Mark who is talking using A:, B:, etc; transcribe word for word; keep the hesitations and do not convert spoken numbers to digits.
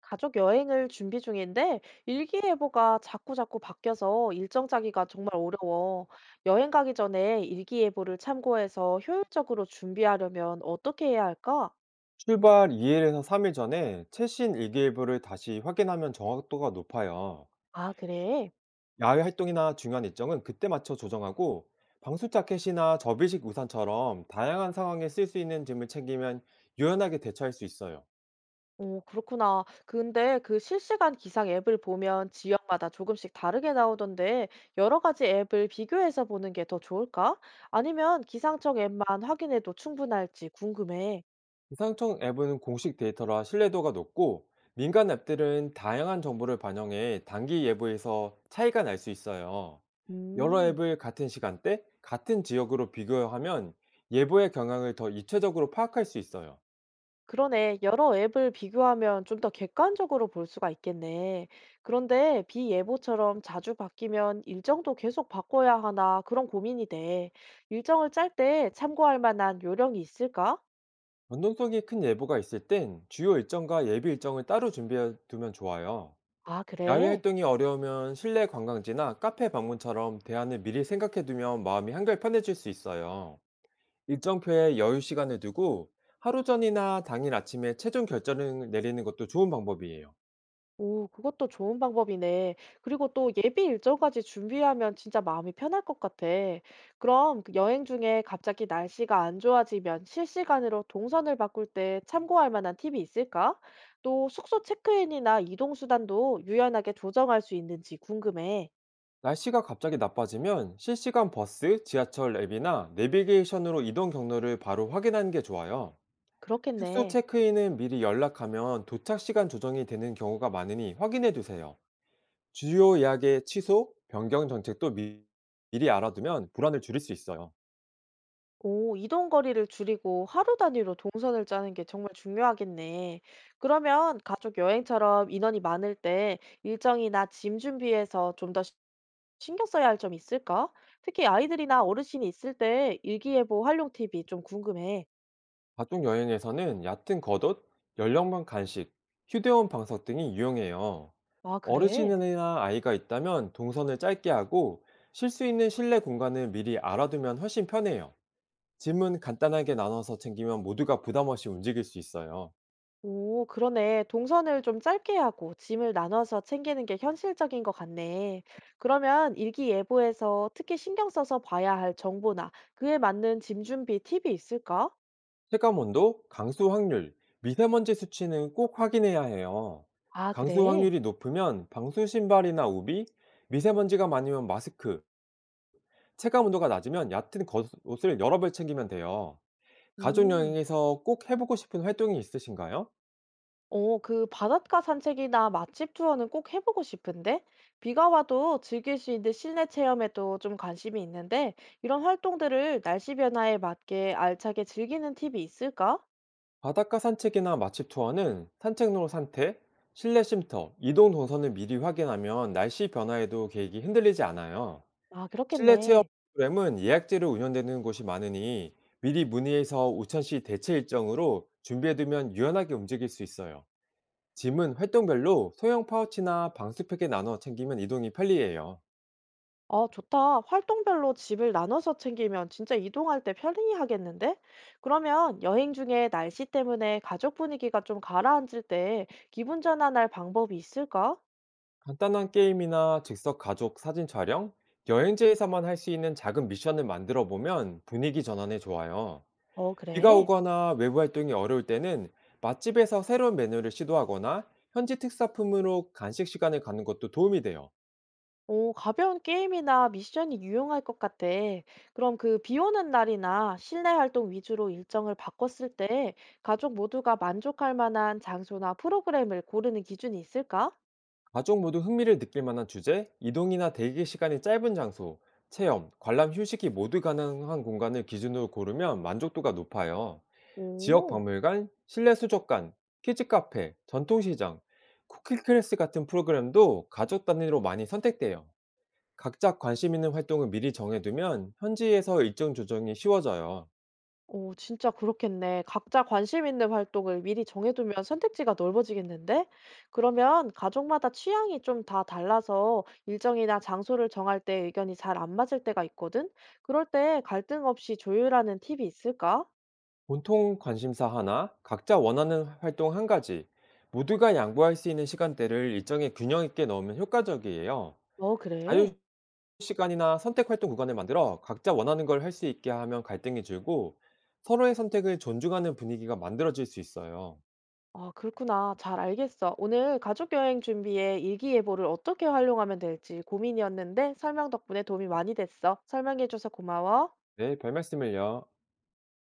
A: 가족 여행을 준비 중인데 일기예보가 자꾸자꾸 바뀌어서 일정 짜기가 정말 어려워. 여행 가기 전에 일기예보를 참고해서 효율적으로 준비하려면 어떻게 해야 할까?
B: 출발 이 일에서 삼 일 전에 최신 일기예보를 다시 확인하면 정확도가 높아요.
A: 아, 그래.
B: 야외 활동이나 중요한 일정은 그때 맞춰 조정하고 방수 자켓이나 접이식 우산처럼 다양한 상황에 쓸 수 있는 짐을 챙기면 유연하게 대처할 수 있어요.
A: 오, 그렇구나. 근데 그 실시간 기상 앱을 보면 지역마다 조금씩 다르게 나오던데 여러 가지 앱을 비교해서 보는 게 더 좋을까? 아니면 기상청 앱만 확인해도 충분할지 궁금해.
B: 기상청 앱은 공식 데이터라 신뢰도가 높고 민간 앱들은 다양한 정보를 반영해 단기 예보에서 차이가 날 수 있어요. 여러
A: 음.
B: 앱을 같은 시간대, 같은 지역으로 비교하면 예보의 경향을 더 입체적으로 파악할 수 있어요.
A: 그러네. 여러 앱을 비교하면 좀 더 객관적으로 볼 수가 있겠네. 그런데 비예보처럼 자주 바뀌면 일정도 계속 바꿔야 하나 그런 고민이 돼. 일정을 짤 때 참고할 만한 요령이 있을까?
B: 변동성이 큰 예보가 있을 땐 주요 일정과 예비 일정을 따로 준비해 두면 좋아요.
A: 아,
B: 야외
A: 그래?
B: 활동이 어려우면 실내 관광지나 카페 방문처럼 대안을 미리 생각해 두면 마음이 한결 편해질 수 있어요. 일정표에 여유 시간을 두고 하루 전이나 당일 아침에 최종 결정을 내리는 것도 좋은 방법이에요.
A: 오, 그것도 좋은 방법이네. 그리고 또 예비 일정까지 준비하면 진짜 마음이 편할 것 같아. 그럼 그 여행 중에 갑자기 날씨가 안 좋아지면 실시간으로 동선을 바꿀 때 참고할 만한 팁이 있을까? 또 숙소 체크인이나 이동 수단도 유연하게 조정할 수 있는지 궁금해.
B: 날씨가 갑자기 나빠지면 실시간 버스, 지하철 앱이나 내비게이션으로 이동 경로를 바로 확인하는 게 좋아요. 숙소
A: 그렇겠네.
B: 체크인은 미리 연락하면 도착 시간 조정이 되는 경우가 많으니 확인해 두세요. 주요 예약의 취소, 변경 정책도 미, 리 알아두면 불안을 줄일 수 있어요.
A: 오, 이동 거리를 줄이고 하루 단위로 동선을 짜는 게 정말 중요하겠네. 그러면 가족 여행처럼 인원이 많을 때 일정이나 짐 준비에서 좀 더 신경 써야 할 점이 있을까? 특히 아이들이나 어르신이 있을 때 일기예보 활용 팁이 좀 궁금해.
B: 각종 여행에서는 얕은 겉옷, 연령별 간식, 휴대용 방석 등이 유용해요.
A: 아, 그래?
B: 어르신이나 아이가 있다면 동선을 짧게 하고 쉴 수 있는 실내 공간을 미리 알아두면 훨씬 편해요. 짐은 간단하게 나눠서 챙기면 모두가 부담 없이 움직일 수 있어요.
A: 오, 그러네. 동선을 좀 짧게 하고 짐을 나눠서 챙기는 게 현실적인 것 같네. 그러면 일기예보에서 특히 신경 써서 봐야 할 정보나 그에 맞는 짐 준비 팁이 있을까?
B: 체감 온도, 강수 확률, 미세먼지 수치는 꼭 확인해야 해요.
A: 아
B: 강수
A: 그래?
B: 확률이 높으면 방수 신발이나 우비, 미세먼지가 많으면 마스크, 체감 온도가 낮으면 얕은 겉- 옷을 여러 벌 챙기면 돼요. 가족
A: 음.
B: 여행에서 꼭 해보고 싶은 활동이 있으신가요?
A: 어 그 바닷가 산책이나 맛집 투어는 꼭 해보고 싶은데 비가 와도 즐길 수 있는 실내 체험에도 좀 관심이 있는데 이런 활동들을 날씨 변화에 맞게 알차게 즐기는 팁이 있을까?
B: 바닷가 산책이나 맛집 투어는 산책로 산태, 실내 쉼터, 이동 동선을 미리 확인하면 날씨 변화에도 계획이 흔들리지 않아요.
A: 아
B: 실내 체험
A: 그렇겠네.
B: 프로그램은 예약제로 운영되는 곳이 많으니 미리 문의해서 우천시 대체 일정으로 준비해두면 유연하게 움직일 수 있어요. 짐은 활동별로 소형 파우치나 방수팩에 나눠 챙기면 이동이 편리해요.
A: 아 좋다. 활동별로 집을 나눠서 챙기면 진짜 이동할 때 편리 하겠는데? 그러면 여행 중에 날씨 때문에 가족 분위기가 좀 가라앉을 때 기분 전환할 방법이 있을까?
B: 간단한 게임이나 즉석 가족 사진 촬영, 여행지에서만 할 수 있는 작은 미션을 만들어 보면 분위기 전환에 좋아요.
A: 어
B: 비가
A: 그래?
B: 오거나 외부 활동이 어려울 때는 맛집에서 새로운 메뉴를 시도하거나 현지 특산품으로 간식 시간을 가는 것도 도움이 돼요.
A: 오, 가벼운 게임이나 미션이 유용할 것 같아. 그럼 그 비 오는 날이나 실내 활동 위주로 일정을 바꿨을 때 가족 모두가 만족할 만한 장소나 프로그램을 고르는 기준이 있을까?
B: 가족 모두 흥미를 느낄 만한 주제, 이동이나 대기 시간이 짧은 장소, 체험, 관람 휴식이 모두 가능한 공간을 기준으로 고르면 만족도가 높아요. 지역
A: 오,
B: 박물관, 실내 수족관, 키즈 카페, 전통시장, 쿠키 클래스 같은 프로그램도 가족 단위로 많이 선택돼요. 각자 관심 있는 활동을 미리 정해두면 현지에서 일정 조정이 쉬워져요.
A: 오, 진짜 그렇겠네. 각자 관심 있는 활동을 미리 정해두면 선택지가 넓어지겠는데? 그러면 가족마다 취향이 좀 다 달라서 일정이나 장소를 정할 때 의견이 잘 안 맞을 때가 있거든? 그럴 때 갈등 없이 조율하는 팁이 있을까?
B: 공통 관심사 하나, 각자 원하는 활동 한 가지, 모두가 양보할 수 있는 시간대를 일정에 균형 있게 넣으면 효과적이에요.
A: 어,
B: 자유
A: 그래.
B: 시간이나 선택 활동 구간을 만들어 각자 원하는 걸 할 수 있게 하면 갈등이 줄고 서로의 선택을 존중하는 분위기가 만들어질 수 있어요.
A: 아, 그렇구나. 잘 알겠어. 오늘 가족 여행 준비에 일기예보를 어떻게 활용하면 될지 고민이었는데 설명 덕분에 도움이 많이 됐어. 설명해줘서 고마워.
B: 네, 별 말씀을요.